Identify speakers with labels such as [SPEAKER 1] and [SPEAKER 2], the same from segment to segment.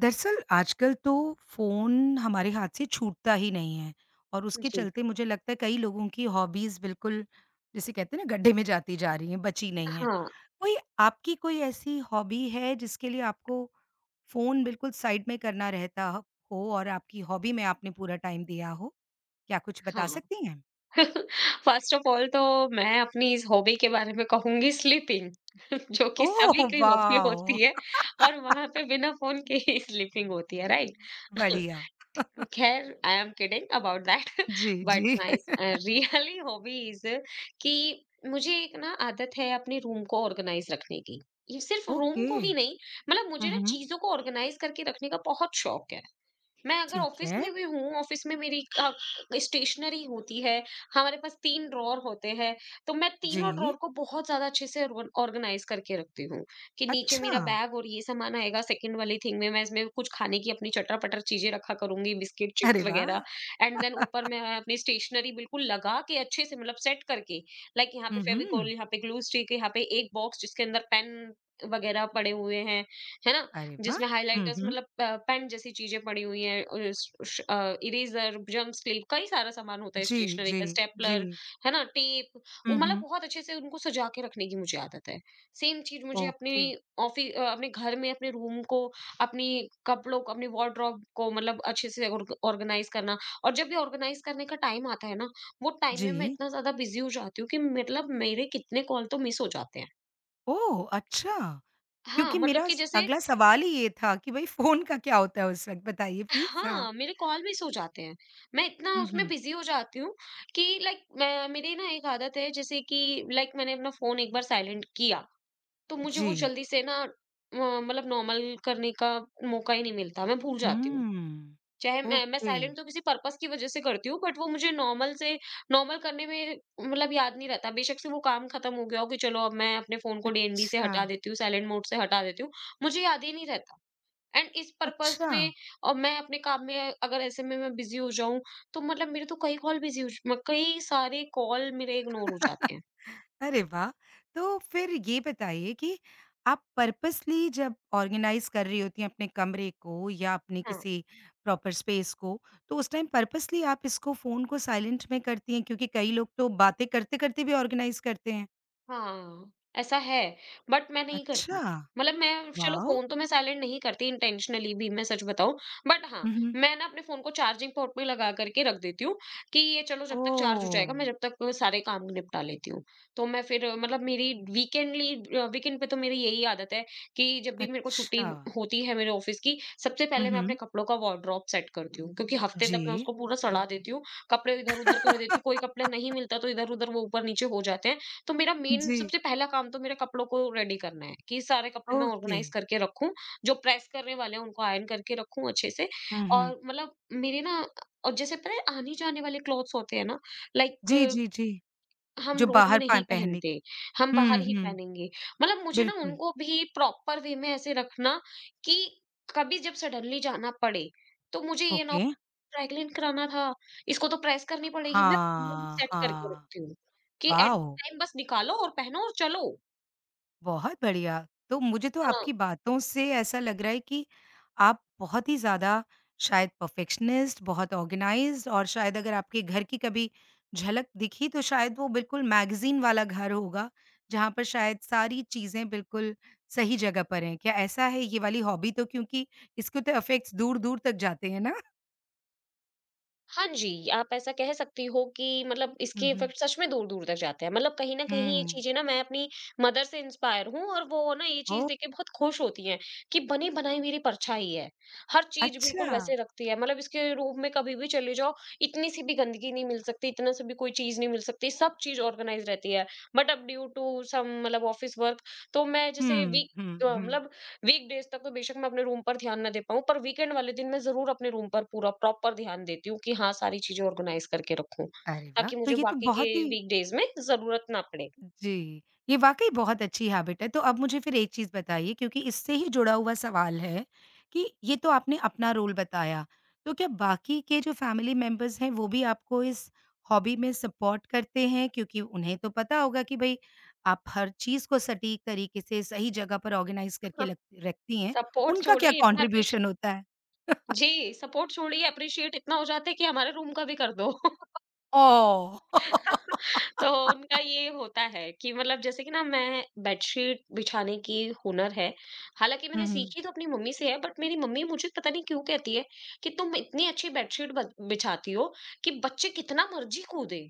[SPEAKER 1] दरअसल आजकल तो फ़ोन हमारे हाथ से छूटता ही नहीं है और उसके
[SPEAKER 2] जी,
[SPEAKER 1] चलते मुझे लगता है कई लोगों की हॉबीज़ बिल्कुल जिसे कहते हैं ना गड्ढे में जाती जा रही हैं, बची नहीं है।
[SPEAKER 2] हाँ,
[SPEAKER 1] कोई आपकी कोई ऐसी हॉबी है जिसके लिए आपको फ़ोन बिल्कुल साइड में करना रहता ह हो और आपकी हॉबी में आपने पूरा टाइम दिया हो? क्या कुछ बता
[SPEAKER 2] हाँ।
[SPEAKER 1] सकती हैं?
[SPEAKER 2] फ़र्स्ट ऑफ़ ऑल तो मैं अपनी इस हॉबी के बारे में कहूँगी स्लीपिंग जो कि
[SPEAKER 1] ओह
[SPEAKER 2] सभी की हॉबी
[SPEAKER 1] वाओ!
[SPEAKER 2] होती है। और वहाँ पे बिना फ़ोन के ही स्लीपिंग होती है, राइट?
[SPEAKER 1] बढ़िया।
[SPEAKER 2] खैर, I am kidding about that.
[SPEAKER 1] जी,
[SPEAKER 2] बट
[SPEAKER 1] जी।
[SPEAKER 2] माय रियली हॉबी इज़ कि मुझे एक ना आदत है अपने रूम को ऑर्गनाइज़ रखने की। ये सिर्फ़ रूम
[SPEAKER 1] ओके।
[SPEAKER 2] को ही नहीं, मतलब
[SPEAKER 1] हुँ,
[SPEAKER 2] मुझे ना
[SPEAKER 1] हुँ।
[SPEAKER 2] चीज़ों को ऑर्गनाइज़ करके रखने का बहुत शौक है। मैं अगर
[SPEAKER 1] ठीक
[SPEAKER 2] ऑफिस
[SPEAKER 1] है।
[SPEAKER 2] में भी हूँ, ऑफिस में मेरी स्टेशनरी होती है, हमारे पास 3 ड्रॉअर होते हैं, तो मैं तीनों
[SPEAKER 1] जी।
[SPEAKER 2] ड्रॉअर को बहुत ज़्यादा अच्छे से ऑर्गनाइज़ करके रखती हूँ, कि नीचे
[SPEAKER 1] अच्छा।
[SPEAKER 2] मेरा बैग और ये सामान आएगा, सेकंड वाली थिंग में मैं इसमें कुछ खाने की अपनी चटर-पटर चीज़ें रखा करूँगी, बिस्किट,
[SPEAKER 1] अरे
[SPEAKER 2] चिप्स वगैरह।
[SPEAKER 1] वाह!
[SPEAKER 2] एंड देन ऊपर मैं अपनी स्टेशनरी बिल्कुल लगा के अच्छे से, मतलब सेट करके, लाइक यहाँ पे
[SPEAKER 1] हुँ,
[SPEAKER 2] फेविकोल,
[SPEAKER 1] हुँ।
[SPEAKER 2] यहाँ पे ग्लू स्टिक, यहाँ पे एक बॉक्स जिसके अंदर पेन वगैरह पड़े हुए हैं, है ना?
[SPEAKER 1] अरे वाह!
[SPEAKER 2] जिसमें
[SPEAKER 1] हुँ,
[SPEAKER 2] हाइलाइटर्स,
[SPEAKER 1] हुँ।
[SPEAKER 2] मतलब पेन जैसी चीजें पड़ी हुई हैं, और इरेजर, जम स्लीव, कई सारा सामान होता है
[SPEAKER 1] जी,
[SPEAKER 2] स्टेशनरी
[SPEAKER 1] जी,
[SPEAKER 2] का,
[SPEAKER 1] जी।
[SPEAKER 2] स्टेपलर, है ना, टेप। वो
[SPEAKER 1] हुँ,
[SPEAKER 2] मतलब
[SPEAKER 1] हुँ।
[SPEAKER 2] बहुत अच्छे से उनको सजा के रखने की मुझे आदत है। सेम चीज मुझे अपनी
[SPEAKER 1] ओके।
[SPEAKER 2] ऑफिस, अपने घर में अपने रूम को, अपनी कपड़ों को, अपने वार्डरोब को मतलब अच्छे से ऑर्गेनाइज करना। और जब भी ऑर्गेनाइज करने का टाइम आता है ना, वो टाइम में मैं
[SPEAKER 1] जी।
[SPEAKER 2] इतना ज्यादा बिजी हो जाती हूँ कि मतलब मेरे कितने कॉल तो मिस हो जाते हैं।
[SPEAKER 1] ओह! अच्छा,
[SPEAKER 2] हाँ,
[SPEAKER 1] क्योंकि
[SPEAKER 2] मतलब
[SPEAKER 1] मेरा
[SPEAKER 2] कि
[SPEAKER 1] स
[SPEAKER 2] जैसे।
[SPEAKER 1] अगला सवाल ही ये था कि भई फ़ोन का क्या होता है उस वक़्त? बताइए प्लीज़। हाँ।
[SPEAKER 2] हाँ, मेरे कॉल मिस हो जाते हैं। मैं इतना
[SPEAKER 1] हुँ,
[SPEAKER 2] उसमें
[SPEAKER 1] हुँ।
[SPEAKER 2] बिज़ी हो जाती हूँ कि लाइक मैं मेरी ना एक आदत है जैसे कि, लाइक, मैंने अपना फ़ोन एक बार साइलेंट किया, तो मुझे
[SPEAKER 1] जी।
[SPEAKER 2] वो जल्दी से ना मतलब नॉर्मल करने का मौका ही नहीं मिलता, मैं भूल जाती हूँ।
[SPEAKER 1] हुँ।
[SPEAKER 2] चाहे मैं
[SPEAKER 1] ओके।
[SPEAKER 2] साइलेंट तो किसी पर्पज़ की वज़ह से करती हूँ, बट वो मुझे नॉर्मल से नॉर्मल करने में मतलब याद नहीं रहता। बेशक से वो काम ख़त्म हो गया हो कि चलो अब मैं अपने फ़ोन को डीएनडी से
[SPEAKER 1] अच्छा,
[SPEAKER 2] हटा देती हूँ, साइलेंट मोड से हटा देती हूँ, मुझे याद ही नहीं रहता। एंड इस पर्पस
[SPEAKER 1] अच्छा।
[SPEAKER 2] में, और मैं अपने काम में अगर ऐसे में मैं बिजी हो जाऊँ, तो मतलब मेरे तो कई कॉल बिजी हो ज म कई सारे कॉल मेरे इग्नोर हो जाते हैं।
[SPEAKER 1] अरे वाह! तो फिर ये बताइए कि आप पर्पसली जब ऑर्गेनाइज़ कर रही होती हैं अपने कमरे को या अपने
[SPEAKER 2] हाँ।
[SPEAKER 1] किसी प्रॉपर स्पेस को, तो उस टाइम पर्पसली आप इसको फ़ोन को साइलेंट में करती हैं? क्योंकि कई लोग तो बातें करते-करते भी ऑर्गेनाइज़ करते हैं।
[SPEAKER 2] हाँ, ऐसा है, बट मैं नहीं करती।
[SPEAKER 1] अच्छा!
[SPEAKER 2] मतलब मैं, चलो,
[SPEAKER 1] वॉव!
[SPEAKER 2] फ़ोन तो मैं साइलेंट नहीं करती इंटेंशनली भी, मैं सच बताऊँ। बट हाँ,
[SPEAKER 1] हुँ, हुँ।
[SPEAKER 2] मैं ना अपने फ़ोन को चार्जिंग पोर्ट पे लगा करके रख देती हूँ कि ये चलो जब तक चार्ज हो
[SPEAKER 1] ओह!
[SPEAKER 2] जाएगा मैं जब तक सारे काम निपटा लेती हूँ। तो मैं फिर मतलब वीकेंड पे तो मेरी यही आदत है कि जब भी मेरे को छुट्टी
[SPEAKER 1] अच्छा।
[SPEAKER 2] होती है मेरे ऑफ़िस की, सबसे
[SPEAKER 1] हुँ,
[SPEAKER 2] पहले मैं अपने
[SPEAKER 1] हुँ।
[SPEAKER 2] कपड़ों का वार्डरोब सेट करती हूँ। क्योंकि हफ़्ते तक मैं
[SPEAKER 1] जी।
[SPEAKER 2] उसको पूरा सड़ा देती हूँ, कपड़े इधर-उधर कर देती हूँ, कोई कपड़ा नहीं मिलता तो इधर-उधर वो ऊपर-नीचे हो जाते हैं। तो मेरा मेन
[SPEAKER 1] जी,
[SPEAKER 2] सबसे पहला काम तो मेरे कपड़ों को रेडी करना है कि सारे कपड़े मैं
[SPEAKER 1] ओके।
[SPEAKER 2] ऑर्गेनाइज करके रखूं, जो प्रेस करने वाले हैं उनको आयरन करके रखूं अच्छे से,
[SPEAKER 1] हुँ, हुँ।
[SPEAKER 2] और मतलब मेरे ना, और जैसे पता है आने जाने वाले क्लॉथ्स होते हैं ना, लाइक
[SPEAKER 1] जी, जी, जी।
[SPEAKER 2] हम
[SPEAKER 1] जो
[SPEAKER 2] रोज में
[SPEAKER 1] बाहर पा
[SPEAKER 2] नहीं
[SPEAKER 1] पहने
[SPEAKER 2] पहनते, हम बाहर
[SPEAKER 1] हुँ,
[SPEAKER 2] ही
[SPEAKER 1] हुँ।
[SPEAKER 2] पहनेंगे, मतलब मुझे ना
[SPEAKER 1] बिल्कुल।
[SPEAKER 2] उनको भी प्रॉपर वे में ऐसे रखना कि कभी जब सडनली जाना पड़े, तो मुझे ये ना,
[SPEAKER 1] ओके।
[SPEAKER 2] ट्राइक्लिन कराना था, इसको तो प्रेस करनी पड़ेगी, मैं पहले ही
[SPEAKER 1] हाँ,
[SPEAKER 2] सेट करके
[SPEAKER 1] हाँ।
[SPEAKER 2] रखती हूँ, कि एट द
[SPEAKER 1] वाओ!
[SPEAKER 2] टाइम बस निकालो और पहनो और चलो।
[SPEAKER 1] बहुत बढ़िया। तो मुझे तो
[SPEAKER 2] हाँ,
[SPEAKER 1] आपकी बातों से ऐसा लग रहा है कि आप बहुत ही ज़्यादा शायद परफेक्शनिस्ट, बहुत ऑर्गनाइज़्ड और शायद अगर आपके घर की कभी झलक दिखी तो शायद वो बिल्कुल मैगज़ीन वाला घर होगा, जहाँ पर शायद सारी चीज़ें बिल्कुल सही जगह पर हैं। क्या ऐसा है ये वाली हॉबी तो क्योंकि इसके तो इफ़ेक्ट्स दूर-दूर तक जाते हैं ना?
[SPEAKER 2] हाँ जी, आप ऐसा कह सकती हो कि मतलब
[SPEAKER 1] हुँ,
[SPEAKER 2] इसके
[SPEAKER 1] हुँ।
[SPEAKER 2] इफ़ेक्ट सच में दूर-दूर तक जाते हैं। मतलब कहीं न कहीं ये
[SPEAKER 1] हुँ।
[SPEAKER 2] चीज़ें ना, मैं अपनी मदर से इंस्पायर हूँ, और वो ना ये चीज़
[SPEAKER 1] ओह!
[SPEAKER 2] देख के बहुत खुश होती हैं कि बनी-बनाई मेरी परछाई है। हर चीज़
[SPEAKER 1] अच्छा।
[SPEAKER 2] बिल्कुल वैसे रखती है। मतलब इसके रूम में कभी भी चले जाओ, इतनी सी भी गंदगी नहीं मिल सकती, इतना सा भी कोई चीज़ नहीं मिल सकती, सब चीज़ ऑर्गनाइज़ रहती है। बट अब ड्यू टू सम, मतलब ऑफ़िस वर्क, तो मैं जैसे
[SPEAKER 1] हुँ, हुँ, हुँ।
[SPEAKER 2] मतलब वीकडेज तक तो बेशक मैं अपने रूम पर ध्यान ना दे पाऊँ, पर वीकेंड वाले दिन मैं ज़रूर अपने रूम पर पूरा प्रॉपर ध्यान देती हूँ कि हाँ, सारी चीज़ें ऑर्गनाइज़ करके रखूँ,
[SPEAKER 1] अरे वाह!
[SPEAKER 2] ताकि
[SPEAKER 1] तो
[SPEAKER 2] मुझे
[SPEAKER 1] ये तो
[SPEAKER 2] बाकी के
[SPEAKER 1] बहुत ही
[SPEAKER 2] वीकडेज में ज़रूरत ना पड़े।
[SPEAKER 1] जी, ये वाक़ई बहुत अच्छी हैबिट है। तो अब मुझे फिर एक चीज़ बताइए क्योंकि इससे ही जुड़ा हुआ सवाल है कि ये तो आपने अपना रोल बताया, तो क्या बाकी के जो फैमिली मेंबर्स हैं वो भी आपको इस हॉबी में सपोर्ट करते हैं? क्योंकि उन्हें तो पता होगा कि भई आप हर चीज़ को सटीक तरीके से सही जगह पर ऑर्गनाइज़ करके लग रखती हैं।
[SPEAKER 2] सपोर्ट
[SPEAKER 1] उनका क्या
[SPEAKER 2] छोड़िए इतना एप्रीशि
[SPEAKER 1] कॉन्ट्रिब्यूशन होता है?
[SPEAKER 2] जी, सपोर्ट छोड़िए, एप्रीशिएट इतना हो जाता है कि हमारे रूम का भी कर दो।
[SPEAKER 1] ओह!
[SPEAKER 2] तो उनका ये होता है कि मतलब जैसे कि ना, मैं बेडशीट बिछाने की हुनर है। हालाँकि मैंने
[SPEAKER 1] हुँ, हुँ।
[SPEAKER 2] सीखी तो अपनी मम्मी से है, बट मेरी मम्मी मुझे पता नहीं क्यों कहती है कि तुम इतनी अच्छी बेडशीट ब बिछाती हो कि बच्चे कितना मर्ज़ी कूदें,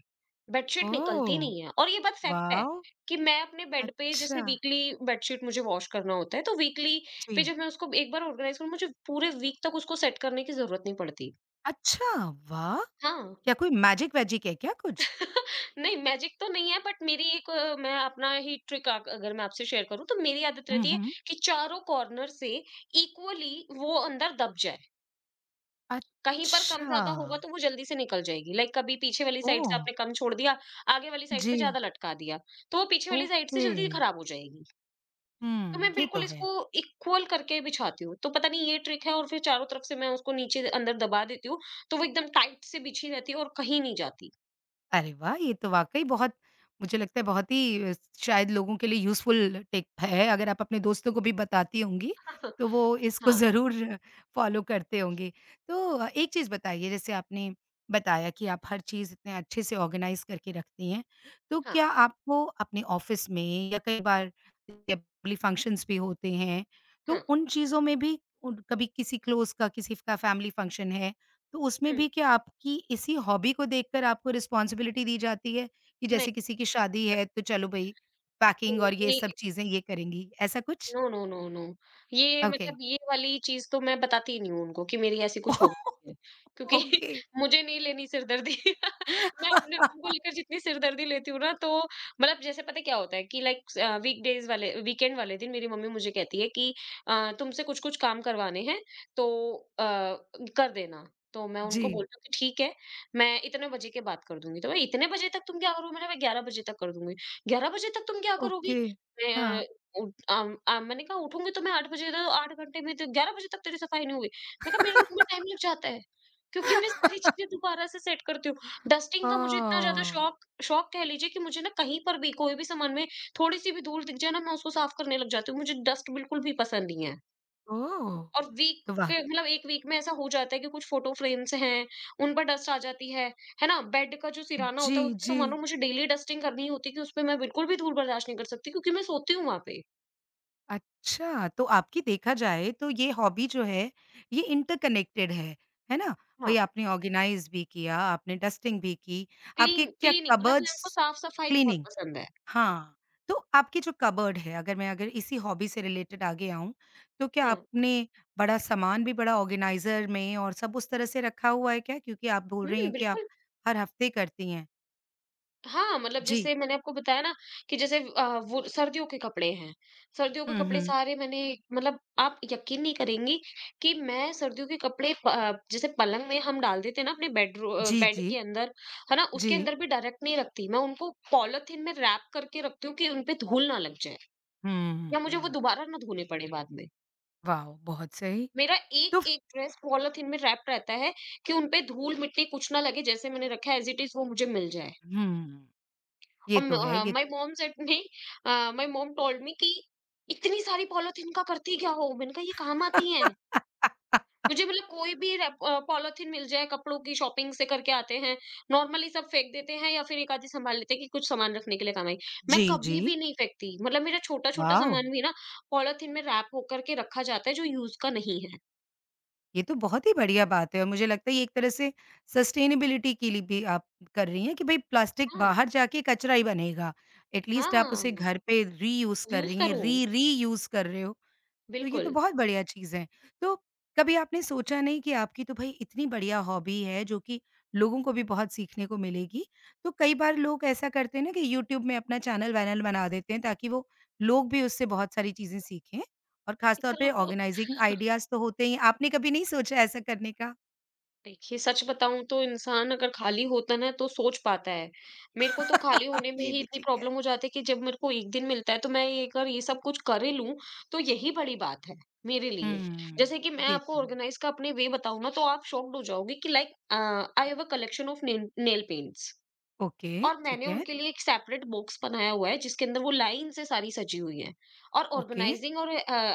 [SPEAKER 2] बेडशीट निकलती
[SPEAKER 1] ओह!
[SPEAKER 2] नहीं है। और ये बात फैक्ट है
[SPEAKER 1] वॉव!
[SPEAKER 2] कि मैं अपने बेड पे जैसे
[SPEAKER 1] अच्छा,
[SPEAKER 2] वीकली बेडशीट मुझे वॉश करना होता है, तो वीकली पे
[SPEAKER 1] जी।
[SPEAKER 2] जब मैं उसको एक बार ऑर्गनाइज़ करूँ, मुझे पूरे वीक तक उसको सेट करने की ज़रूरत नहीं पड़ती।
[SPEAKER 1] अच्छा, वाह!
[SPEAKER 2] हाँ।
[SPEAKER 1] क्या कोई मैजिक वैजिक है क्या कुछ?
[SPEAKER 2] नहीं, मैजिक तो नहीं है, बट मैं अपना ही ट्रिक अगर मैं आपसे शेयर करूं, तो मेरी आदत
[SPEAKER 1] हुँ,
[SPEAKER 2] रहती है
[SPEAKER 1] हुँ।
[SPEAKER 2] कि चारों कॉर्नर से इक्वली वो अंदर दब जाए, कहीं पर कम
[SPEAKER 1] अच्छा,
[SPEAKER 2] ज्यादा होगा तो वो जल्दी से निकल जाएगी, लाइक कभी पीछे वाली साइड से
[SPEAKER 1] ओह!
[SPEAKER 2] आपने कम छोड़ दिया, आगे वाली साइड पे
[SPEAKER 1] जी,
[SPEAKER 2] ज्यादा लटका दिया, तो वो पीछे वाली साइड से
[SPEAKER 1] ओके।
[SPEAKER 2] जल्दी खराब हो जाएगी, तो मैं
[SPEAKER 1] हुँ, ये
[SPEAKER 2] बिल्कुल
[SPEAKER 1] तो
[SPEAKER 2] इसको
[SPEAKER 1] है।
[SPEAKER 2] इक्वल करके बिछाती हूँ, तो पता नहीं, ये ट्रिक है, और फिर चारों तरफ से मैं उसको नीचे अंदर दबा देती हूँ, तो वो एकदम टाइट से बिछी रहती है और कहीं नहीं जाती।
[SPEAKER 1] अरे वाह! ये तो वाक़ई बहुत मुझे लगता है बहुत ही शायद लोगों के लिए यूज़फुल टिप है, अगर आप अपने दोस्तों को भी बताती होंगी, तो वो इसको
[SPEAKER 2] हाँ,
[SPEAKER 1] ज़रूर फ़ॉलो करते होंगे। तो एक चीज़ बताइए जैसे आपने बताया कि आप हर चीज़ इतने अच्छे से ऑर्गनाइज़ करके रखती हैं, तो
[SPEAKER 2] हाँ,
[SPEAKER 1] क्या आपको अपने ऑफ़िस में या कई बार फैमिली फंक्शंस भी होते हैं, तो
[SPEAKER 2] हाँ,
[SPEAKER 1] उन चीज़ों में भी उन कभी किसी क्लोज़ का, किसी का फैमिली फंक्शन है, तो उसमें
[SPEAKER 2] हम्म,
[SPEAKER 1] भी क्या आपकी इसी हॉबी को देखकर आपको रिस्पॉन्सिबिलिटी दी जाती है कि
[SPEAKER 2] नहीं,
[SPEAKER 1] जैसे किसी की शादी है तो चलो भई पैकिंग और ये
[SPEAKER 2] नहीं,
[SPEAKER 1] सब चीज़ें ये करेंगी, ऐसा कुछ?
[SPEAKER 2] No, no, no, no. ये,
[SPEAKER 1] ओके।
[SPEAKER 2] मतलब ये वाली चीज़ तो मैं बताती ही नहीं हूँ उनको कि मेरी ऐसी कुछ हॉबी है, क्योंकि
[SPEAKER 1] ओके।
[SPEAKER 2] मुझे नहीं लेनी सिरदर्दी। मैं अपने रूम को लेकर जितनी सिरदर्दी लेती हूँ ना, तो मतलब जैसे पता है क्या होता है कि लाइक वीकडेज़ वाले वीकेंड वाले दिन मेरी मम्मी मुझे कहती है कि तुमसे कुछ-कुछ काम करवाने हैं, तो अ, कर देना। तो मैं उनको
[SPEAKER 1] जी,
[SPEAKER 2] बोलती हूँ कि ठीक है, मैं इतने बजे के बाद कर दूँगी। तो मैं, "इतने बजे तक तुम क्या करोगे?" मैंने, "मैं 11 बजे तक कर दूँगी।" "11 बजे तक तुम क्या करोगी?"
[SPEAKER 1] ओके।
[SPEAKER 2] मैं
[SPEAKER 1] हाँ।
[SPEAKER 2] मैंने कहा, उठूँगी तो मैं 8 बजे, तो 8 घंटे में तो 11 बजे तक तेरी सफाई नहीं होगी। मैंने कहा, मेरे रूम में टाइम लग जाता है, क्योंकि मैं सारी चीज़ें दोबारा से सेट करती हूँ। डस्टिंग का मुझे इतना ज़्यादा
[SPEAKER 1] हाँ।
[SPEAKER 2] शौक शौक कह लीजिए कि मुझे ना कहीं पर भी कोई भी सामान में थोड़ी-सी भी धूल दिख जाए ना, मैं उसको साफ करने लग जाती हूँ। मुझे डस्ट बिल्कुल भी पसंद नहीं है।
[SPEAKER 1] ओह!
[SPEAKER 2] और वीक
[SPEAKER 1] तो वाह!
[SPEAKER 2] के मतलब 1 वीक में ऐसा हो जाता है कि कुछ फोटो फ्रेम्स हैं, उन पर डस्ट आ जाती है ना? बेड का जो सिरहाना
[SPEAKER 1] जी,
[SPEAKER 2] होता है उसपे तो
[SPEAKER 1] जी।
[SPEAKER 2] मानो मुझे डेली डस्टिंग करनी होती है, कि उसपे मैं बिल्कुल भी धूल बर्दाश्त नहीं कर सकती, क्योंकि मैं सोती हूँ वहाँ पे।
[SPEAKER 1] अच्छा, तो आपकी देखा जाए तो ये हॉबी जो है, ये इंटरकनेक्टेड है ना?
[SPEAKER 2] हाँ।
[SPEAKER 1] भई आपने ऑर्गनाइज़ भी किया, आपने डस्टिंग भी की, आपके क्या
[SPEAKER 2] क्लीनिंग, मतलब
[SPEAKER 1] कबर्ड्स
[SPEAKER 2] मेरे को साफ-सफाई बहुत
[SPEAKER 1] क्लीनिंग
[SPEAKER 2] पसंद है।
[SPEAKER 1] हाँ, तो आपकी जो कबर्ड है, अगर मैं अगर इसी हॉबी से रिलेटेड आगे आऊँ, तो क्या
[SPEAKER 2] हुँ।
[SPEAKER 1] आपने बड़ा सामान भी बड़ा ऑर्गनाइज़र में और सब उस तरह से रखा हुआ है क्या? क्योंकि आप बोल रही
[SPEAKER 2] हुँ,
[SPEAKER 1] हैं कि आप
[SPEAKER 2] बिल्कुल।
[SPEAKER 1] हर हफ्ते करती हैं।
[SPEAKER 2] हाँ, मतलब
[SPEAKER 1] जी।
[SPEAKER 2] जैसे मैंने आपको बताया ना, कि जैसे वो सर्दियों के कपड़े हैं, सर्दियों के
[SPEAKER 1] हुँ,
[SPEAKER 2] कपड़े
[SPEAKER 1] हुँ।
[SPEAKER 2] सारे मैंने, मतलब आप यकीन नहीं करेंगी कि मैं सर्दियों के कपड़े जैसे पलंग में हम डाल देते हैं ना अपने
[SPEAKER 1] जी,
[SPEAKER 2] बेड
[SPEAKER 1] जी।
[SPEAKER 2] के अंदर, है ना?
[SPEAKER 1] जी।
[SPEAKER 2] उसके अंदर भी डायरेक्ट नहीं रखती, मैं उनको पॉलिथीन में रैप करके रखती हूँ कि उन पे धूल ना लग जाए,
[SPEAKER 1] हुँ,
[SPEAKER 2] या मुझे वो
[SPEAKER 1] हुँ।
[SPEAKER 2] दोबारा ना धोने पड़े बाद में।
[SPEAKER 1] वाओ! बहुत सही।
[SPEAKER 2] मेरा
[SPEAKER 1] तो
[SPEAKER 2] एक-एक ड्रेस पॉलीथिन में रैप रहता है कि उनपे धूल मिट्टी कुछ ना लगे, जैसे मैंने रखा है एज़ इट इज़ वो मुझे मिल जाए।
[SPEAKER 1] हुँ, ये
[SPEAKER 2] और
[SPEAKER 1] तो है, ये
[SPEAKER 2] my mom said me my mom told me कि इतनी सारी पॉलीथिन का करती क्या हो? मैंने कहा, ये काम आती हैं। मुझे मतलब कोई भी रैप पॉलीथिन मिल जाए कपड़ों की शॉपिंग से करके आते हैं, नॉर्मली सब फेंक देते हैं या फिर एक आधी सँभाल लेते हैं कि कुछ सामान रखने के लिए काम आई। मैं
[SPEAKER 1] जी, जी।
[SPEAKER 2] कभी भी नहीं फेंकती, मतलब मेरा छोटा-छोटा
[SPEAKER 1] वाओ!
[SPEAKER 2] सामान भी ना पॉलीथिन में रैप होकर के रखा जाता है जो यूज़ का नहीं है।
[SPEAKER 1] ये तो बहुत ही बढ़िया बात है और मुझे लगता है ये एक तरह से सस्टेनेबिलिटी के लिए भी आप कर रही हैं कि भई प्लास्टिक
[SPEAKER 2] हाँ,
[SPEAKER 1] बाहर जाके कचरा ही बनेगा। एट लीस्ट आप उसे
[SPEAKER 2] हाँ।
[SPEAKER 1] घर पे रीयूज़ कर
[SPEAKER 2] यूज़
[SPEAKER 1] रही हैं,
[SPEAKER 2] करो,
[SPEAKER 1] री रीयूज़ कर रहे हो। तो ये तो
[SPEAKER 2] बिल्कुल।
[SPEAKER 1] बहुत बढ़िया चीज़ है। तो कभी आपने सोचा नहीं कि आपकी तो भई इतनी बढ़िया हॉबी है जो कि लोगों को भी बहुत सीखने को मिलेगी। तो कई बार लोग ऐसा करते हैं ना कि यूट्यूब में अपना चैनल-वैनल बना देते हैं ताकि वो लोग भी उससे बहुत सारी चीज़ें सीखें और ख़ास तौर
[SPEAKER 2] इतना
[SPEAKER 1] पे
[SPEAKER 2] तो
[SPEAKER 1] ऑर्गनाइज़िंग आइडियाज़ तो होते ही हैं। आपने कभी नहीं सोचा ऐसा करने का?
[SPEAKER 2] देखिए, सच बताऊँ तो इंसान अगर खाली होता है ना तो सोच पाता है। मेरे को तो खाली होने में
[SPEAKER 1] ये
[SPEAKER 2] ही
[SPEAKER 1] भी
[SPEAKER 2] इतनी
[SPEAKER 1] ठीक है।
[SPEAKER 2] प्रॉब्लम हो जाती है कि जब मेरे को 1 दिन मिलता है तो मैं ये अगर ये सब कुछ कर ही लूँ तो यही बड़ी बात है मेरे लिए।
[SPEAKER 1] हुँ,
[SPEAKER 2] जैसे कि मैं
[SPEAKER 1] ये
[SPEAKER 2] आपको
[SPEAKER 1] तो है।
[SPEAKER 2] ऑर्गेनाइज़ का अपने वे बताऊँ ना तो आप शॉक्ड हो जाओगे कि like I have a collection of nail nail paints.
[SPEAKER 1] Okay,
[SPEAKER 2] और मैंने
[SPEAKER 1] ठीक है।
[SPEAKER 2] उनके लिए एक सेपरेट बॉक्स बनाया हुआ है जिसके अंदर वो लाइन से सारी सजी हुई है, और
[SPEAKER 1] ओके।
[SPEAKER 2] ऑर्गेनाइजिंग और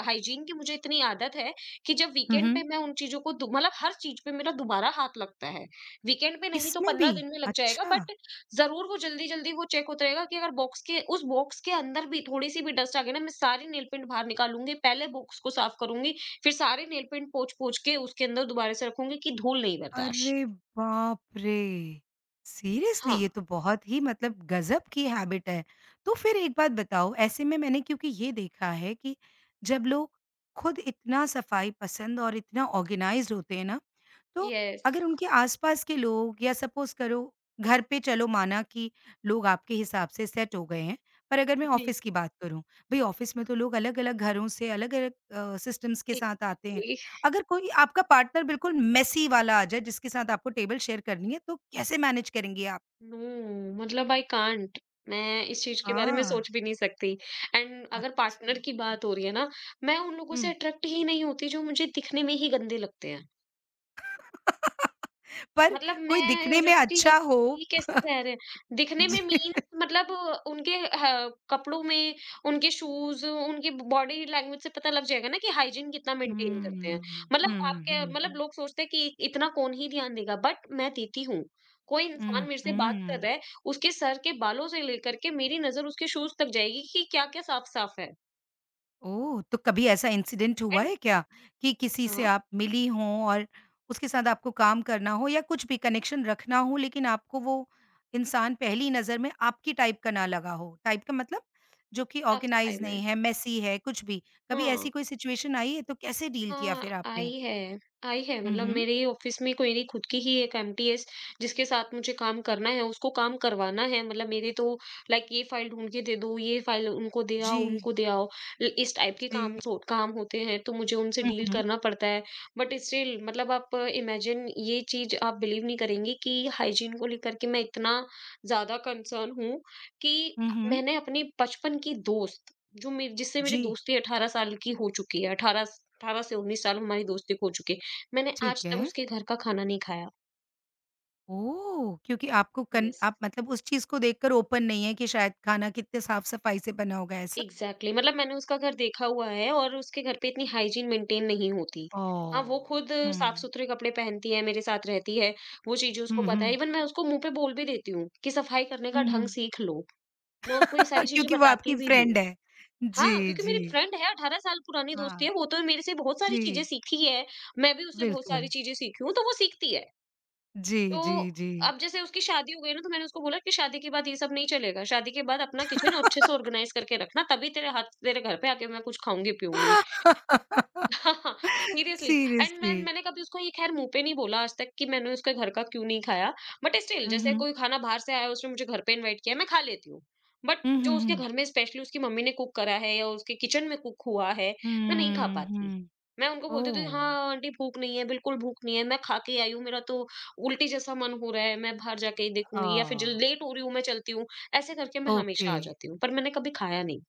[SPEAKER 2] हाइजीन की मुझे इतनी आदत है कि जब
[SPEAKER 1] हुँ,
[SPEAKER 2] वीकेंड
[SPEAKER 1] हुँ।
[SPEAKER 2] पे मैं उन चीजों को मतलब हर चीज पे मेरा दोबारा हाथ लगता है। वीकेंड पे नहीं तो
[SPEAKER 1] इसमें
[SPEAKER 2] 15
[SPEAKER 1] भी?
[SPEAKER 2] दिन में लग जाएगा,
[SPEAKER 1] अच्छा।
[SPEAKER 2] बट जरूर वो जल्दी जल्दी वो चेक होता रहेगा कि अगर बॉक्स के उस बॉक्स के अंदर भी थोड़ी सी भी डस्ट आ गई ना, मैं सारी नेल पेंट बाहर निकालूंगी, पहले बॉक्स को साफ करूंगी, फिर सारे नेल पेंट पोंछ पोंछ के उसके अंदर दोबारा से रखूंगी, कि धूल नहीं बर्दाश्त।
[SPEAKER 1] अरे बाप रे! सीरियसली
[SPEAKER 2] हाँ।
[SPEAKER 1] ये तो बहुत ही मतलब गज़ब की हैबिट है। तो फिर एक बात बताओ ऐसे में मैंने क्योंकि ये देखा है कि जब लोग खुद इतना सफाई पसंद और इतना ऑर्गनाइज़्ड होते हैं ना तो
[SPEAKER 2] यस।
[SPEAKER 1] अगर उनके आस-पास के लोग या सपोज़ करो घर पे चलो माना कि लोग आपके हिसाब से सेट हो गए हैं, पर अगर मैं
[SPEAKER 2] जी।
[SPEAKER 1] ऑफ़िस की बात करूँ, भई ऑफ़िस में तो लोग अलग-अलग घरों से अलग-अलग सिस्टम्स के साथ आते हैं।
[SPEAKER 2] Exactly।
[SPEAKER 1] अगर कोई आपका पार्टनर बिल्कुल मेसी वाला आ जाए जिसके साथ आपको टेबल शेयर करनी है तो कैसे मैनेज करेंगी आप?
[SPEAKER 2] नो, मतलब आई कांट। मैं इस चीज के बारे में
[SPEAKER 1] आह!
[SPEAKER 2] सोच भी नहीं सकती। एंड अगर पार्टनर
[SPEAKER 1] अच्छा।
[SPEAKER 2] की बात हो रही है ना, मैं उन लोगों
[SPEAKER 1] हुँ।
[SPEAKER 2] से अट्रैक्ट ही नहीं होती जो मुझे दिखने में ही गंदे लगते हैं।
[SPEAKER 1] पर
[SPEAKER 2] मतलब मैं
[SPEAKER 1] कोई
[SPEAKER 2] ये हो
[SPEAKER 1] दिखने में
[SPEAKER 2] जाती हूँ कि यार,
[SPEAKER 1] अच्छा हो
[SPEAKER 2] ये कैसे रह रहे हैं दिखने में?
[SPEAKER 1] जी।
[SPEAKER 2] मीन्स मतलब उनके कपड़ों में, उनके शूज, उनकी बॉडी लैंग्वेज से पता लग जाएगा ना कि हाइजीन कितना मेंटेन करते हैं।
[SPEAKER 1] हुँ, हुँ,
[SPEAKER 2] मतलब
[SPEAKER 1] हुँ,
[SPEAKER 2] आपके मतलब
[SPEAKER 1] हुँ,
[SPEAKER 2] लोग सोचते हैं कि इतना कौन ही ध्यान देगा, बट मैं देती हूँ। कोई इंसान
[SPEAKER 1] हुँ,
[SPEAKER 2] मेरे से
[SPEAKER 1] हुँ,
[SPEAKER 2] बात कर
[SPEAKER 1] हुँ।
[SPEAKER 2] रहा है, उसके सर के बालों से लेकर के मेरी नजर उसके शूज तक जाएगी कि क्या क्या साफ साफ है।
[SPEAKER 1] ओह! तो कभी ऐसा इंसिडेंट हुआ
[SPEAKER 2] एंड
[SPEAKER 1] है क्या कि किसी से
[SPEAKER 2] हाँ,
[SPEAKER 1] आप मिली हों और उसके साथ आपको काम करना हो या कुछ भी कनेक्शन रखना हो लेकिन आपको वो इंसान पहली नज़र में आपकी टाइप का ना लगा हो? टाइप का मतलब जो कि
[SPEAKER 2] साफ सफाई
[SPEAKER 1] ऑर्गेनाइज़
[SPEAKER 2] में।
[SPEAKER 1] नहीं है, मेसी है, कुछ भी। कभी ऐसी
[SPEAKER 2] हाँ,
[SPEAKER 1] कोई सिचुएशन आई है तो कैसे डील किया
[SPEAKER 2] हाँ,
[SPEAKER 1] फिर
[SPEAKER 2] आई
[SPEAKER 1] आपने?
[SPEAKER 2] है। आई है,
[SPEAKER 1] हुँ,
[SPEAKER 2] मतलब
[SPEAKER 1] हुँ।
[SPEAKER 2] मेरे ही ऑफिस में कोई नहीं, खुद की ही एक एमटीएस, जिसके साथ मुझे काम करना है, उसको काम करवाना है। मतलब मेरे तो लाइक, ये फाइल ढूँढ के दे दो, ये फाइल उनको दे आओ,
[SPEAKER 1] जी,
[SPEAKER 2] उनको दे आओ। ल इस टाइप के काम
[SPEAKER 1] जी।
[SPEAKER 2] सो काम होते हैं तो मुझे उनसे
[SPEAKER 1] हुँ,
[SPEAKER 2] डील
[SPEAKER 1] हुँ।
[SPEAKER 2] करना पड़ता है। बट स्टिल मतलब आप इमेजिन, ये चीज़ आप बिलीव नहीं करेंगी कि हाइजीन को लेकर के मैं इतना ज़्यादा कंसर्न हूँ कि
[SPEAKER 1] हुँ, हुँ।
[SPEAKER 2] मैंने अपनी बचपन की दोस्त, जो मेरी जिससे मेरी
[SPEAKER 1] जी,
[SPEAKER 2] दोस्ती 18 साल की हो चुकी है, 18 से 19 साल हमारी दोस्ती हो चुकी है। मैंने आज
[SPEAKER 1] ठीक
[SPEAKER 2] तक
[SPEAKER 1] है।
[SPEAKER 2] उसके घर का खाना नहीं खाया।
[SPEAKER 1] ओह! क्योंकि आपको कन
[SPEAKER 2] यस।
[SPEAKER 1] आप मतलब उस चीज़ को देखकर ओपन नहीं है कि शायद खाना कितने साफ-सफाई से बना होगा ऐसे।
[SPEAKER 2] एग्ज़ैक्टली, मतलब मैंने उसका घर देखा हुआ है और उसके घर पे इतनी हाइजीन मेंटेन नहीं होती। हाँ, वो
[SPEAKER 1] ओह!
[SPEAKER 2] खुद
[SPEAKER 1] हुँ।
[SPEAKER 2] साफ-सुथरे कपड़े पहनती है, मेरे साथ रहती है, वो चीज़ें उसको
[SPEAKER 1] हुँ,
[SPEAKER 2] पता है।
[SPEAKER 1] हुँ।
[SPEAKER 2] इवन मैं उसको मुँह पे बोल भी देती हूँ कि सफाई करने का
[SPEAKER 1] हुँ,
[SPEAKER 2] ढंग
[SPEAKER 1] हुँ।
[SPEAKER 2] सीख लो। मैं उसको ये सारी चीज़ें
[SPEAKER 1] क्योंकि वो
[SPEAKER 2] बताती
[SPEAKER 1] आपकी
[SPEAKER 2] भी हूँ।
[SPEAKER 1] फ्रेंड है।
[SPEAKER 2] हाँ,
[SPEAKER 1] जी,
[SPEAKER 2] क्योंकि
[SPEAKER 1] जी।
[SPEAKER 2] मेरी फ्रेंड है, 18 साल पुरानी दोस्ती
[SPEAKER 1] हाँ,
[SPEAKER 2] है, वो तो मेरे से बहुत सारी चीज़ें
[SPEAKER 1] जी,
[SPEAKER 2] सीखी है। मैं भी उससे बहुत सारी
[SPEAKER 1] बिल्कुल।
[SPEAKER 2] चीज़ें सीखी हूँ, तो वो सीखती है।
[SPEAKER 1] जी,
[SPEAKER 2] तो
[SPEAKER 1] जी, जी।
[SPEAKER 2] अब जैसे उसकी शादी हो गई ना, तो मैंने उसको बोला कि शादी के बाद ये सब नहीं चलेगा। शादी के बाद अपना किचन अच्छे से ऑर्गेनाइज करके रखना, तभी तेरे हाथ तेरे घर पे आके मैं कुछ खाऊँगी पीऊँगी। हाँ, सीरियसली। एंड मैं
[SPEAKER 1] सीरियसली।
[SPEAKER 2] मैंने कभी उसको ये खैर मुँह पे नहीं बोला आज तक कि मैंने उसके घर का क्यों नहीं खाया। बट स्टिल
[SPEAKER 1] हुँ,
[SPEAKER 2] जैसे
[SPEAKER 1] हुँ।
[SPEAKER 2] कोई खाना बाहर से आया है, उसने मुझे घर पे इनवाइट किया है, मैं खा लेती हूँ। बट
[SPEAKER 1] हुँ,
[SPEAKER 2] जो
[SPEAKER 1] हुँ,
[SPEAKER 2] उसके
[SPEAKER 1] हुँ।
[SPEAKER 2] घर में स्पेशली उसकी मम्मी ने कुक करा है या उसके किचन में कुक हुआ है, मैं नहीं खा
[SPEAKER 1] हुँ,
[SPEAKER 2] पाती।
[SPEAKER 1] हुँ।
[SPEAKER 2] मैं उनको बोल देती हूँ,
[SPEAKER 1] ओह!
[SPEAKER 2] "हाँ आंटी, भूख नहीं है, बिल्कुल भूख नहीं है, मैं खा के आई हूँ, मेरा तो उल्टी जैसा मन हो रहा है, मैं बाहर जाके ही
[SPEAKER 1] अ,
[SPEAKER 2] देखूँगी या फिर जल लेट हो रही हूँ, मैं चलती हूँ।" ऐसे करके मैं
[SPEAKER 1] ओके।
[SPEAKER 2] हमेशा आ जाती हूँ, पर मैंने कभी खाया नहीं।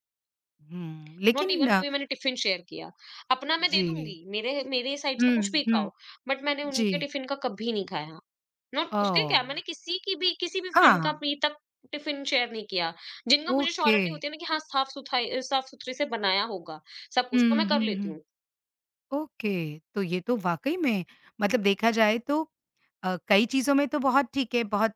[SPEAKER 1] हुँ,
[SPEAKER 2] नॉट
[SPEAKER 1] लेकिन
[SPEAKER 2] इवन कभी मैंने टिफिन शेयर किया। अपना मैं दे दूँगी,
[SPEAKER 1] जी।
[SPEAKER 2] मेरे मेरे साइड से
[SPEAKER 1] हुँ,
[SPEAKER 2] कुछ भी खाओ,
[SPEAKER 1] हुँ।
[SPEAKER 2] बट मैंने उनके
[SPEAKER 1] जी।
[SPEAKER 2] टिफिन का कभी नहीं खाया। नॉट उसके क्या, मैंने
[SPEAKER 1] ओह!
[SPEAKER 2] किसी भी फ्रेंड का
[SPEAKER 1] हाँ,
[SPEAKER 2] अभी तक टिफिन शेयर नहीं किया। जिनका मुझे
[SPEAKER 1] ओके।
[SPEAKER 2] श्योरिटी होती है ना कि हाँ, साफ-सुथरे से बनाया होगा, सब कुछ तो मैं
[SPEAKER 1] हुँ,
[SPEAKER 2] कर
[SPEAKER 1] हुँ,
[SPEAKER 2] लेती
[SPEAKER 1] हुँ।
[SPEAKER 2] हूँ।
[SPEAKER 1] ओके, तो ये तो वाक़ई में मतलब देखा जाए तो कई चीज़ों में तो बहुत ठीक है, बहुत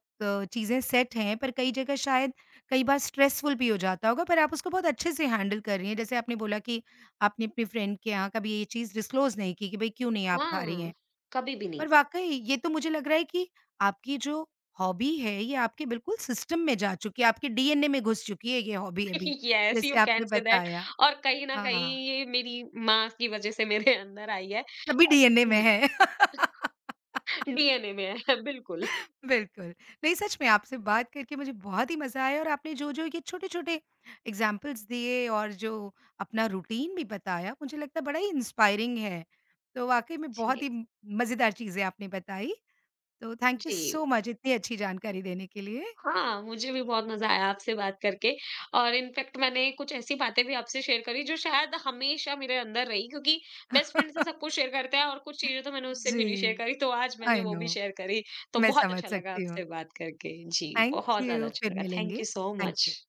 [SPEAKER 1] चीज़ें सेट हैं, पर कई जगह शायद कई बार स्ट्रेसफुल भी हो जाता होगा, पर आप उसको बहुत अच्छे से हैंडल कर रही हैं। जैसे आपने बोला कि आपने अपनी फ्रेंड के यहाँ कभी ये चीज़ डिस्क्लोज़ नहीं की कि भई क्यों नहीं आप खा रही
[SPEAKER 2] हाँ,
[SPEAKER 1] हैं।
[SPEAKER 2] कभी भी नहीं।
[SPEAKER 1] पर वाक़ई ये तो मुझे लग रहा है कि आपकी जो हॉबी है, ये आपके बिल्कुल सिस्टम में जा चुकी है, आपके डीएनए में घुस चुकी है ये हॉबी अभी,
[SPEAKER 2] येस, यू
[SPEAKER 1] जैसे आपने
[SPEAKER 2] कैन से दैट।
[SPEAKER 1] बताया।
[SPEAKER 2] और कहीं न कहीं
[SPEAKER 1] हाँ,
[SPEAKER 2] ये मेरी माँ की वज़ह से मेरे अंदर आई है।
[SPEAKER 1] तभी डीएनए में है।
[SPEAKER 2] डीएनए में है। बिल्कुल।
[SPEAKER 1] बिल्कुल। नहीं सच में आपसे बात करके मुझे बहुत ही मज़ा आया और आपने जो-जो ये छोटे-छोटे एग्ज़ाम्पल्स दिए और जो अपना रूटीन भी बताया, मुझे लगता है बड़ा ही इंस्पायरिंग है। तो वाक़ई में बहुत
[SPEAKER 2] जी,
[SPEAKER 1] ही म मज़ेदार चीज़ें आपने बताई। तो थैंक यू
[SPEAKER 2] जी।
[SPEAKER 1] सो मच इतनी अच्छी जानकारी देने के लिए।
[SPEAKER 2] हाँ, मुझे भी बहुत मज़ा आया आपसे बात करके, और इनफैक्ट मैंने कुछ ऐसी बातें भी आपसे शेयर करी जो शायद हमेशा मेरे अंदर रही, क्योंकि बेस्ट फ्रेंड से सब कुछ शेयर करते हैं और कुछ चीज़ें तो मैंने उससे
[SPEAKER 1] जी,
[SPEAKER 2] भी नहीं शेयर करी, तो आज मैंने
[SPEAKER 1] आई
[SPEAKER 2] वो
[SPEAKER 1] नो
[SPEAKER 2] भी शेयर करी। तो
[SPEAKER 1] मैं
[SPEAKER 2] बहुत
[SPEAKER 1] समझ
[SPEAKER 2] अच्छा लगा
[SPEAKER 1] सकती हूँ।
[SPEAKER 2] आपसे बात करके। जी,
[SPEAKER 1] थैंक
[SPEAKER 2] बहुत ज़्यादा
[SPEAKER 1] यू,
[SPEAKER 2] अच्छा
[SPEAKER 1] फिर
[SPEAKER 2] लगा। थैंक
[SPEAKER 1] मिलेंगे।
[SPEAKER 2] You so
[SPEAKER 1] thank
[SPEAKER 2] much.
[SPEAKER 1] You. Ji.